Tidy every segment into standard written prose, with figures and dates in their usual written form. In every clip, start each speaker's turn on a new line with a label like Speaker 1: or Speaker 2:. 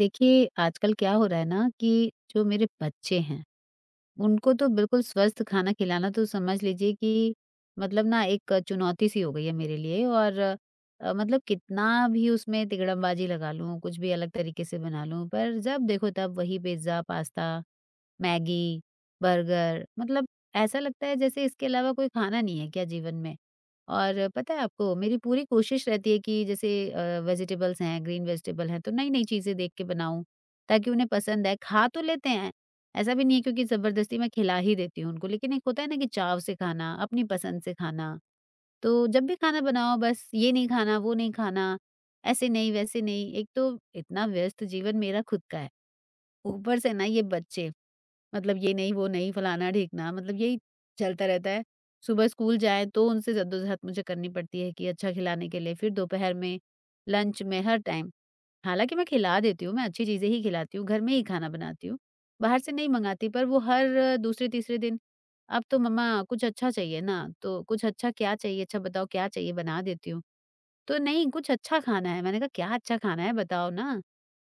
Speaker 1: देखिए आजकल क्या हो रहा है ना कि जो मेरे बच्चे हैं उनको तो बिल्कुल स्वस्थ खाना खिलाना तो समझ लीजिए कि मतलब ना एक चुनौती सी हो गई है मेरे लिए और मतलब कितना भी उसमें तिकड़मबाजी लगा लूँ, कुछ भी अलग तरीके से बना लूँ, पर जब देखो तब वही पिज़्ज़ा, पास्ता, मैगी, बर्गर मतलब ऐसा लगता है जैसे इसके अलावा कोई खाना नहीं है क्या जीवन में? और पता है आपको मेरी पूरी कोशिश रहती है कि जैसे वेजिटेबल्स हैं, ग्रीन वेजिटेबल हैं, तो नई-नई चीज़ें देख के बनाऊँ, ताकि उन्हें पसंद आए। खा तो लेते हैं ऐसा भी नहीं है क्योंकि ज़बरदस्ती मैं खिला ही देती हूँ उनको, लेकिन एक होता है ना कि चाव से खाना, अपनी पसंद से खाना। तो जब भी खाना बनाओ बस ये नहीं खाना, वो नहीं खाना, ऐसे नहीं, वैसे नहीं। एक तो इतना व्यस्त जीवन मेरा खुद का है, ऊपर से ना ये बच्चे, मतलब ये नहीं, वो नहीं, फलाना-ढिकना मतलब यही चलता रहता है। सुबह स्कूल जाएँ तो उनसे जद्दोजहद मुझे करनी पड़ती है कि अच्छा खिलाने के लिए, फिर दोपहर में, लंच में, हर टाइम। हालाँकि मैं खिला देती हूँ, मैं अच्छी चीज़ें ही खिलाती हूँ, घर में ही खाना बनाती हूँ, बाहर से नहीं मँगाती पर वो हर दूसरे-तीसरे दिन, "अब तो मम्मा कुछ अच्छा चाहिए ना, तो कुछ अच्छा क्या चाहिए? अच्छा बताओ क्या चाहिए?" बना देती हूँ। तो "नहीं, कुछ अच्छा खाना है।" मैंने कहा, "क्या अच्छा खाना है बताओ ना।"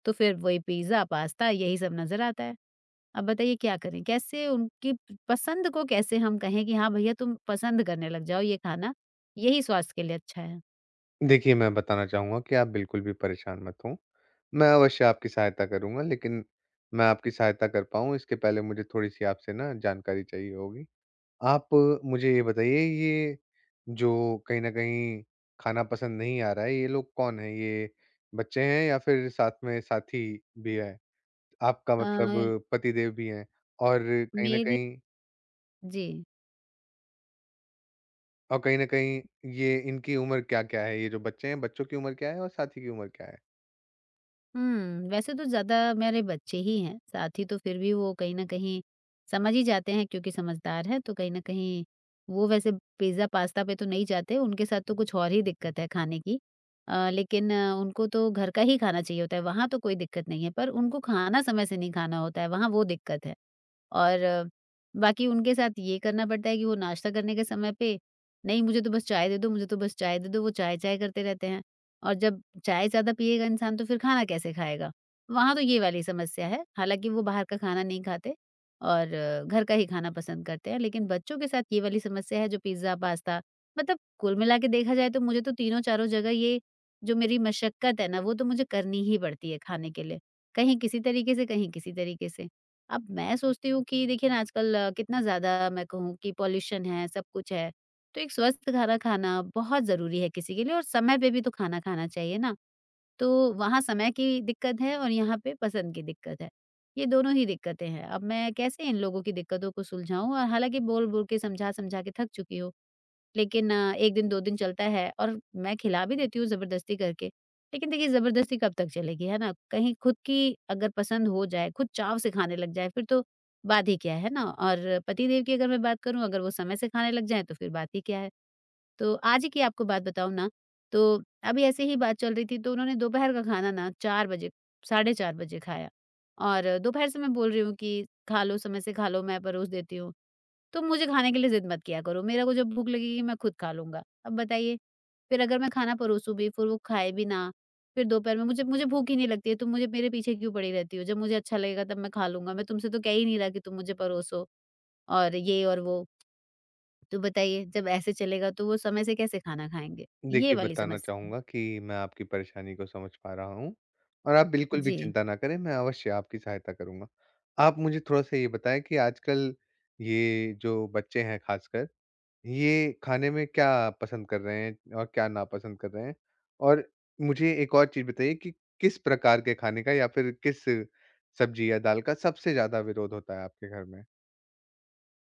Speaker 1: तो फिर वही पिज़्ज़ा, पास्ता यही सब नज़र आता है। अब बताइए क्या करें? कैसे उनकी प पसंद को कैसे हम कहें कि हाँ भैया तुम पसंद करने लग जाओ ये खाना, यही स्वास्थ्य के लिए अच्छा है।
Speaker 2: देखिए, मैं बताना चाहूँगा कि आप बिल्कुल भी परेशान मत हों। मैं अवश्य आपकी सहायता करूँगा, लेकिन मैं आपकी सहायता कर पाऊँ इसके पहले मुझे थोड़ी-सी आपसे ना जानकारी चाहिए होगी। आप मुझे ये बताइए, ये जो कहीं न कहीं खाना पसंद नहीं आ रहा है, ये लोग कौन हैं? ये बच्चे हैं या फिर साथ में साथी भी है? आपका
Speaker 1: अ,
Speaker 2: मतलब पतिदेव भी हैं? और कहीं न
Speaker 1: मेरे
Speaker 2: कहीं
Speaker 1: जी।
Speaker 2: और कहीं न कहीं, ये इनकी उम्र क्या-क्या है? ये जो बच्चे हैं, बच्चों की उम्र क्या है और साथी की उम्र क्या है?
Speaker 1: हुँ, वैसे तो ज़्यादा मेरे बच्चे ही हैं, साथी तो फिर भी वो कहीं न कहीं समझ ही जाते हैं क्योंकि समझदार हैं, तो कहीं न कहीं वो वैसे पिज़्ज़ा, पास्ता पे तो नहीं जाते, उनके साथ तो कुछ और ही दिक्कत है खाने की। लेकिन उनको तो घर का ही खाना चाहिए होता है, वहाँ तो कोई दिक्कत नहीं है, पर उनको खाना समय से नहीं खाना होता है, वहाँ वो दिक्कत है। और बाकी उनके साथ ये करना पड़ता है कि वो नाश्ता करने के समय पे, "नहीं, मुझे तो बस चाय दे दो, मुझे तो बस चाय दे दो।" वो चाय-चाय करते रहते हैं और जब चाय ज़्यादा पिएगा इंसान तो फिर खाना कैसे खाएगा? वहाँ तो ये वाली समस्या है। हालाँकि वो बाहर का खाना नहीं खाते और घर का ही खाना पसंद करते हैं, लेकिन बच्चों के साथ ये वाली समस्या है जो पिज़्ज़ा, पास्ता मतलब कुल मिला के देखा जाए तो मुझे तो तीनों चारों जगह ये जो मेरी मशक्कत है ना, वो तो मुझे करनी ही पड़ती है खाने के लिए। कहीं किसी तरीके से, कहीं किसी तरीके से। अब मैं सोचती हूँ कि देखिए ना आजकल कितना ज़्यादा मैं कहूँ कि पॉल्यूशन है, सब कुछ है। तो एक स्वस्थ खाना खाना बहुत ज़रूरी है किसी के लिए और समय पे भी तो खाना खाना चाहिए ना। तो वहाँ समय की दिक्कत है और यहाँ पे पसंद की दिक्कत है। ये दोनों ही दिक्कतें हैं। अब मैं कैसे इन लोगों की दिक्कतों को सुलझाऊँ और हालाँकि बोल-बोल के समझा-समझा के थक चुकी हूँ। लेकिन 1 दिन 2 दिन चलता है और मैं खिला भी देती हूँ ज़बरदस्ती करके। लेकिन देखिए ज़बरदस्ती कब तक चलेगी, है ना? कहीं खुद की अगर पसंद हो जाए, खुद चाव से खाने लग जाए फिर तो बात ही क्या है ना? और पतिदेव की अगर मैं बात करूँ अगर वो समय से खाने लग जाएँ तो फिर बात ही क्या है? तो आज ही की आपको बात बताऊँ ना, तो अभी ऐसे ही बात चल रही थी तो उन्होंने दोपहर का खाना ना 4 बजे, साढ़े 4 बजे खाया और दोपहर से मैं बोल रही हूँ कि खा लो, समय से खा लो, मैं परोस देती हूँ। तुम मुझे खाने के लिए ज़िद मत किया करो, मेरे को जब भूख लगेगी मैं खुद खा लूँगा। अब बताइए, फिर अगर मैं खाना परोसूँ भी, फिर वो खाए भी ना, फिर दोपहर में मुझे मुझे भूख ही नहीं लगती है, तुम मुझे मेरे पीछे क्यों पड़ी रहती हो? जब मुझे अच्छा लगेगा तब मैं खा लूँगा, मैं तुमसे तो कह ही नहीं रहा कि तुम मुझे परोसो और ये और वो। तो बताइए, जब ऐसे चलेगा तो वो समय से कैसे खाना खाएँगे? ये
Speaker 2: देखिए,
Speaker 1: वाली
Speaker 2: बताना
Speaker 1: समस्या है।
Speaker 2: चाहूँगा कि मैं आपकी परेशानी को समझ पा रहा हूँ। और आप हुँ। बिल्कुल भी
Speaker 1: जी।
Speaker 2: चिंता ना करें, मैं अवश्य आपकी सहायता करूँगा। आप मुझे थोड़ा-सा ये बताएँ कि आजकल ये जो बच्चे हैं ख़ासकर, ये खाने में क्या पसंद कर रहे हैं और क्या नापसंद कर रहे हैं? और मुझे एक और चीज़ बताइए कि किस प्रकार के खाने का या फिर किस सब्ज़ी या दाल का सबसे ज़्यादा विरोध होता है आपके घर में?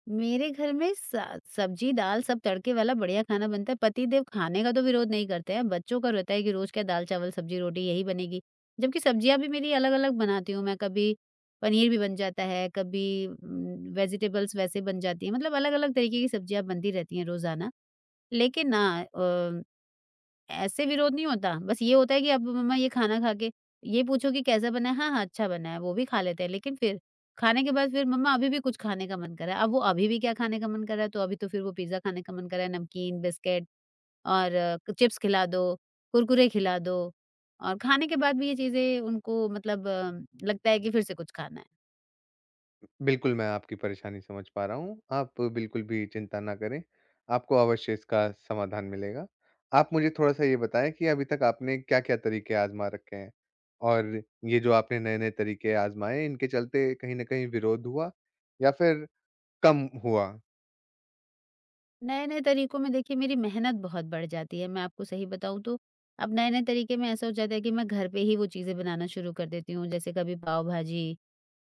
Speaker 1: मेरे घर में सा सब्जी, दाल सब तड़के वाला बढ़िया खाना बनता है। पतिदेव खाने का तो विरोध नहीं करते हैं, बच्चों का रहता है कि रोज़ क्या दाल, चावल, सब्जी, रोटी यही बनेगी। जबकि सब्जियाँ भी मेरी अलग-अलग बनाती हूँ मैं, कभी पनीर भी बन जाता है, कभी वेजिटेबल्स वैसे बन जाती हैं। मतलब अलग-अलग तरीके की सब्जियाँ बनती रहती हैं रोज़ाना। लेकिन ना अ ऐसे विरोध नहीं होता, बस ये होता है कि अब मम्मा ये खाना खा के ये पूछो कि कैसा बना है? हाँ, हाँ, अच्छा बना है, वो भी खा लेते हैं, लेकिन फिर खाने के बाद फिर मम्मा अभी भी कुछ खाने का मन कर रहा है। अब वो अभी भी क्या खाने का मन कर रहा है, तो अभी तो फिर वो पिज़्ज़ा खाने का मन कर रहा है, नमकीन, बिस्किट और क चिप्स खिला दो, कुरकुरे खिला दो और खाने के बाद भी ये चीज़ें उनको मतलब लगता है कि फिर से कुछ खाना है।
Speaker 2: बिल्कुल, मैं आपकी परेशानी समझ पा रहा हूँ। आप बिल्कुल भी चिंता ना करें, आपको अवश्य इसका समाधान मिलेगा। आप मुझे थोड़ा-सा ये बताएँ कि अभी तक आपने क्या-क्या तरीके आज़मा रखे हैं? और ये जो आपने नए-नए तरीके आज़माए, इनके चलते कहीं न कहीं विरोध हुआ या फिर कम हुआ?
Speaker 1: नए-नए तरीकों में देखिए मेरी मेहनत बहुत बढ़ जाती है, मैं आपको सही बताऊँ तो, अब नए-नए तरीके में ऐसा हो जाता है कि मैं घर पे ही वो चीज़ें बनाना शुरू कर देती हूँ, जैसे कभी पाव-भाजी,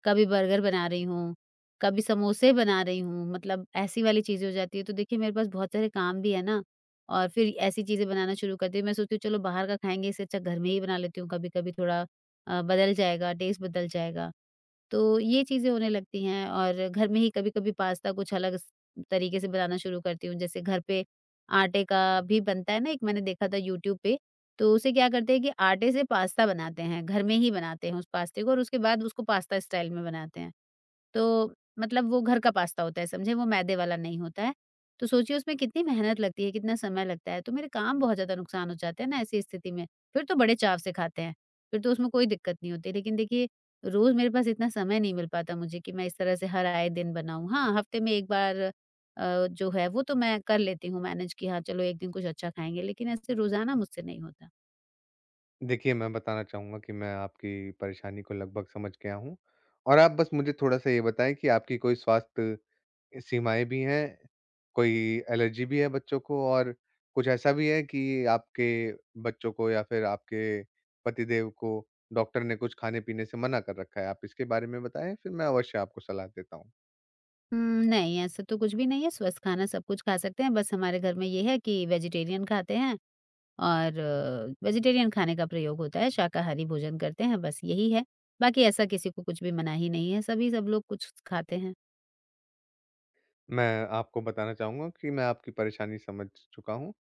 Speaker 1: कभी बर्गर बना रही हूँ, कभी समोसे बना रही हूँ, मतलब ऐसी वाली चीज़ें हो जाती है। तो देखिए मेरे पास बहुत सारे काम भी है ना, और फिर ऐसी चीज़ें बनाना शुरू करती हूँ, मैं सोचती हूँ चलो बाहर का खाएँगे, इससे अच्छा घर में ही बना लेती हूँ, कभी-कभी थोड़ा बदल जाएगा, टेस्ट बदल जाएगा। तो ये चीज़ें होने लगती हैं और घर में ही कभी-कभी पास्ता कुछ अलग तरीके से बनाना शुरू करती हूँ। जैसे घर पे आटे का भी बनता है ना एक मैंने देखा था यूट्यूब पे, तो उसे क्या करते हैं कि आटे से पास्ता बनाते हैं, घर में ही बनाते हैं उस पास्ते को और उसके बाद उसको पास्ता स्टाइल में बनाते हैं। तो मतलब वो घर का पास्ता होता है समझे, वो मैदे वाला नहीं होता है। तो सोचिए उसमें कितनी मेहनत लगती है, कितना समय लगता है, तो मेरे काम बहुत ज़्यादा नुकसान हो जाते हैं ना ऐसी स्थिति में। फिर तो बड़े चाव से खाते हैं, फिर तो उसमें कोई दिक्कत नहीं होती। लेकिन देखिए रोज़ मेरे पास इतना समय नहीं मिल पाता मुझे कि मैं इस तरह से हर आए दिन बनाऊँ। हाँ, हफ्ते में 1 बार जो है वो तो मैं कर लेती हूँ मैनेज कि हाँ चलो एक दिन कुछ अच्छा खाएँगे, लेकिन ऐसे रोज़ाना मुझसे नहीं होता।
Speaker 2: देखिए, मैं बताना चाहूँगा कि मैं आपकी परेशानी को लगभग समझ गया हूँ। और आप बस मुझे थोड़ा-सा ये बताएँ कि आपकी कोई स्वास्थ्य सीमाएँ भी हैं, कोई एलर्जी भी है बच्चों को, और कुछ ऐसा भी है कि आपके बच्चों को या फिर आपके पतिदेव को डॉक्टर ने कुछ खाने-पीने से मना कर रखा है। आप इसके बारे में बताएँ, फिर मैं अवश्य आपको सलाह देता हूँ।
Speaker 1: उम, नहीं ऐसा तो कुछ भी नहीं है, स्वस्थ खाना सब कुछ खा सकते हैं, बस हमारे घर में ये है कि वेजिटेरियन खाते हैं और वेजिटेरियन खाने का प्रयोग होता है, शाकाहारी भोजन करते हैं, बस यही है। बाकी ऐसा किसी को कुछ भी मनाही नहीं है, सभी सब लोग कुछ खाते हैं।
Speaker 2: मैं आपको बताना चाहूँगा कि मैं आपकी परेशानी समझ चुका हूँ।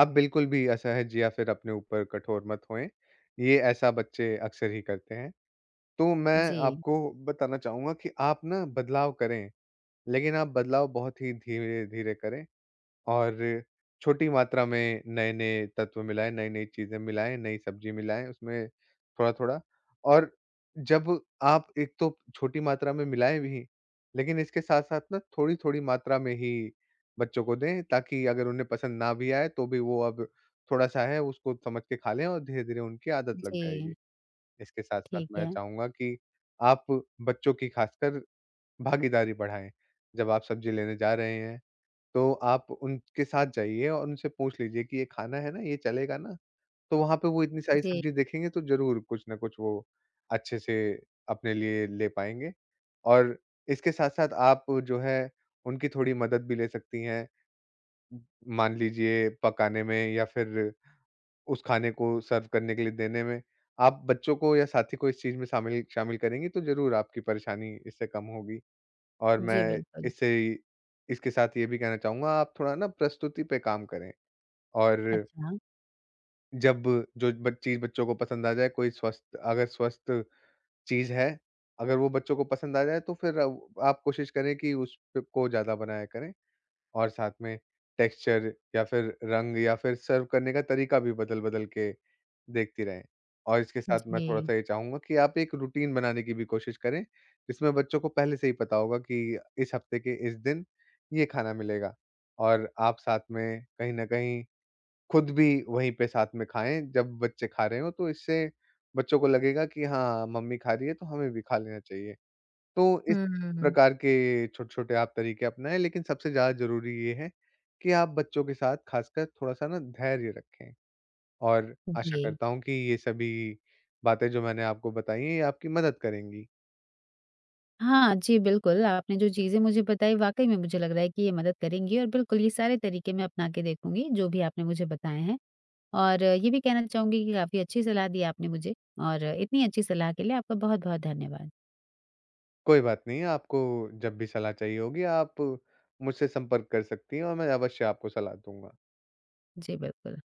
Speaker 2: आप बिल्कुल भी असहज या फिर अपने ऊपर कठोर मत होएँ, ये ऐसा बच्चे अक्सर ही करते हैं। तो मैं
Speaker 1: जी,
Speaker 2: आपको बताना चाहूँगा कि आप ना बदलाव करें, लेकिन आप बदलाव बहुत ही धीरे-धीरे करें और छोटी मात्रा में नए-नए तत्व मिलाएँ, नई-नई चीज़ें मिलाएँ, नई सब्ज़ी मिलाएँ उसमें थोड़ा-थोड़ा। और जब आप एक तो छोटी मात्रा में मिलाएँ भी, लेकिन इसके साथ-साथ ना थोड़ी-थोड़ी मात्रा में ही बच्चों को दें, ताकि अगर उन्हें पसंद ना भी आए तो भी वो अब थोड़ा-सा है उसको समझ के खा लें और धीरे-धीरे उनकी आदत लग जाएगी।
Speaker 1: जी,
Speaker 2: इसके साथ-साथ
Speaker 1: ठीक
Speaker 2: मैं
Speaker 1: है।
Speaker 2: चाहूँगा कि आप बच्चों की खासकर भागीदारी बढ़ाएँ। जब आप सब्ज़ी लेने जा रहे हैं तो आप उनके साथ जाइए और उनसे पूछ लीजिए कि ये खाना है ना, ये चलेगा ना? तो वहाँ पे वो इतनी सारी
Speaker 1: जी,
Speaker 2: सब्ज़ी देखेंगे तो ज़रूर कुछ न कुछ वो अच्छे से अपने लिए ले पाएँगे। और इसके साथ-साथ आप जो है उनकी थोड़ी मदद भी ले सकती हैं, मान लीजिए पकाने में या फिर उस खाने को सर्व करने के लिए देने में। आप बच्चों को या साथी को इस चीज़ में शामिल शामिल करेंगी तो ज़रूर आपकी परेशानी इससे कम होगी। और
Speaker 1: जी
Speaker 2: मैं
Speaker 1: बिल्कुल।
Speaker 2: इससे इसके साथ ये भी कहना चाहूँगा, आप थोड़ा ना प्रस्तुति पे काम करें। और
Speaker 1: अच्छा,
Speaker 2: जब जो ब चीज़ बच्चों को पसंद आ जाए, कोई स्वस्थ, अगर स्वस्थ चीज़ है, अगर वो बच्चों को पसंद आ जाए तो फिर अव आप कोशिश करें कि उसको ज़्यादा बनाया करें। और साथ में टेक्सचर या फिर रंग या फिर सर्व करने का तरीका भी बदल-बदल के देखती रहें। और इसके साथ मैं
Speaker 1: जी।
Speaker 2: थोड़ा-सा ये चाहूँगा कि आप एक रूटीन बनाने की भी कोशिश करें, जिसमें बच्चों को पहले से ही पता होगा कि इस हफ्ते के इस दिन ये खाना मिलेगा। और आप साथ में कहीं न कहीं खुद भी वहीं पे साथ में खाएँ जब बच्चे खा रहे हों, तो इससे बच्चों को लगेगा कि हाँ, मम्मी खा रही है तो हमें भी खा लेना चाहिए। तो इस
Speaker 1: हुँ, हुँ, हुँ।
Speaker 2: प्रकार के छोटे-छोटे आप तरीके अपनाएँ, लेकिन सबसे ज़्यादा ज़रूरी ये है कि आप बच्चों के साथ खासकर थोड़ा-सा ना धैर्य रखें। और आशा
Speaker 1: जी।
Speaker 2: करता हूँ कि ये सभी बातें जो मैंने आपको बताई हैं, ये आपकी मदद करेंगी।
Speaker 1: हाँ, जी, बिल्कुल, आपने जो चीज़ें मुझे बताई वाक़ई में मुझे लग रहा है कि ये मदद करेंगी और बिल्कुल ये सारे तरीके मैं अपना के देखूँगी, जो भी आपने मुझे बताए हैं। और ये भी कहना चाहूँगी कि काफ़ी अच्छी सलाह दी आपने मुझे और इतनी अच्छी सलाह के लिए आपका बहुत-बहुत धन्यवाद।
Speaker 2: कोई बात नहीं, आपको जब भी सलाह चाहिए होगी, आप मुझसे संपर्क कर सकती हैं और मैं अवश्य आपको सलाह दूँगा।
Speaker 1: जी, बिल्कुल।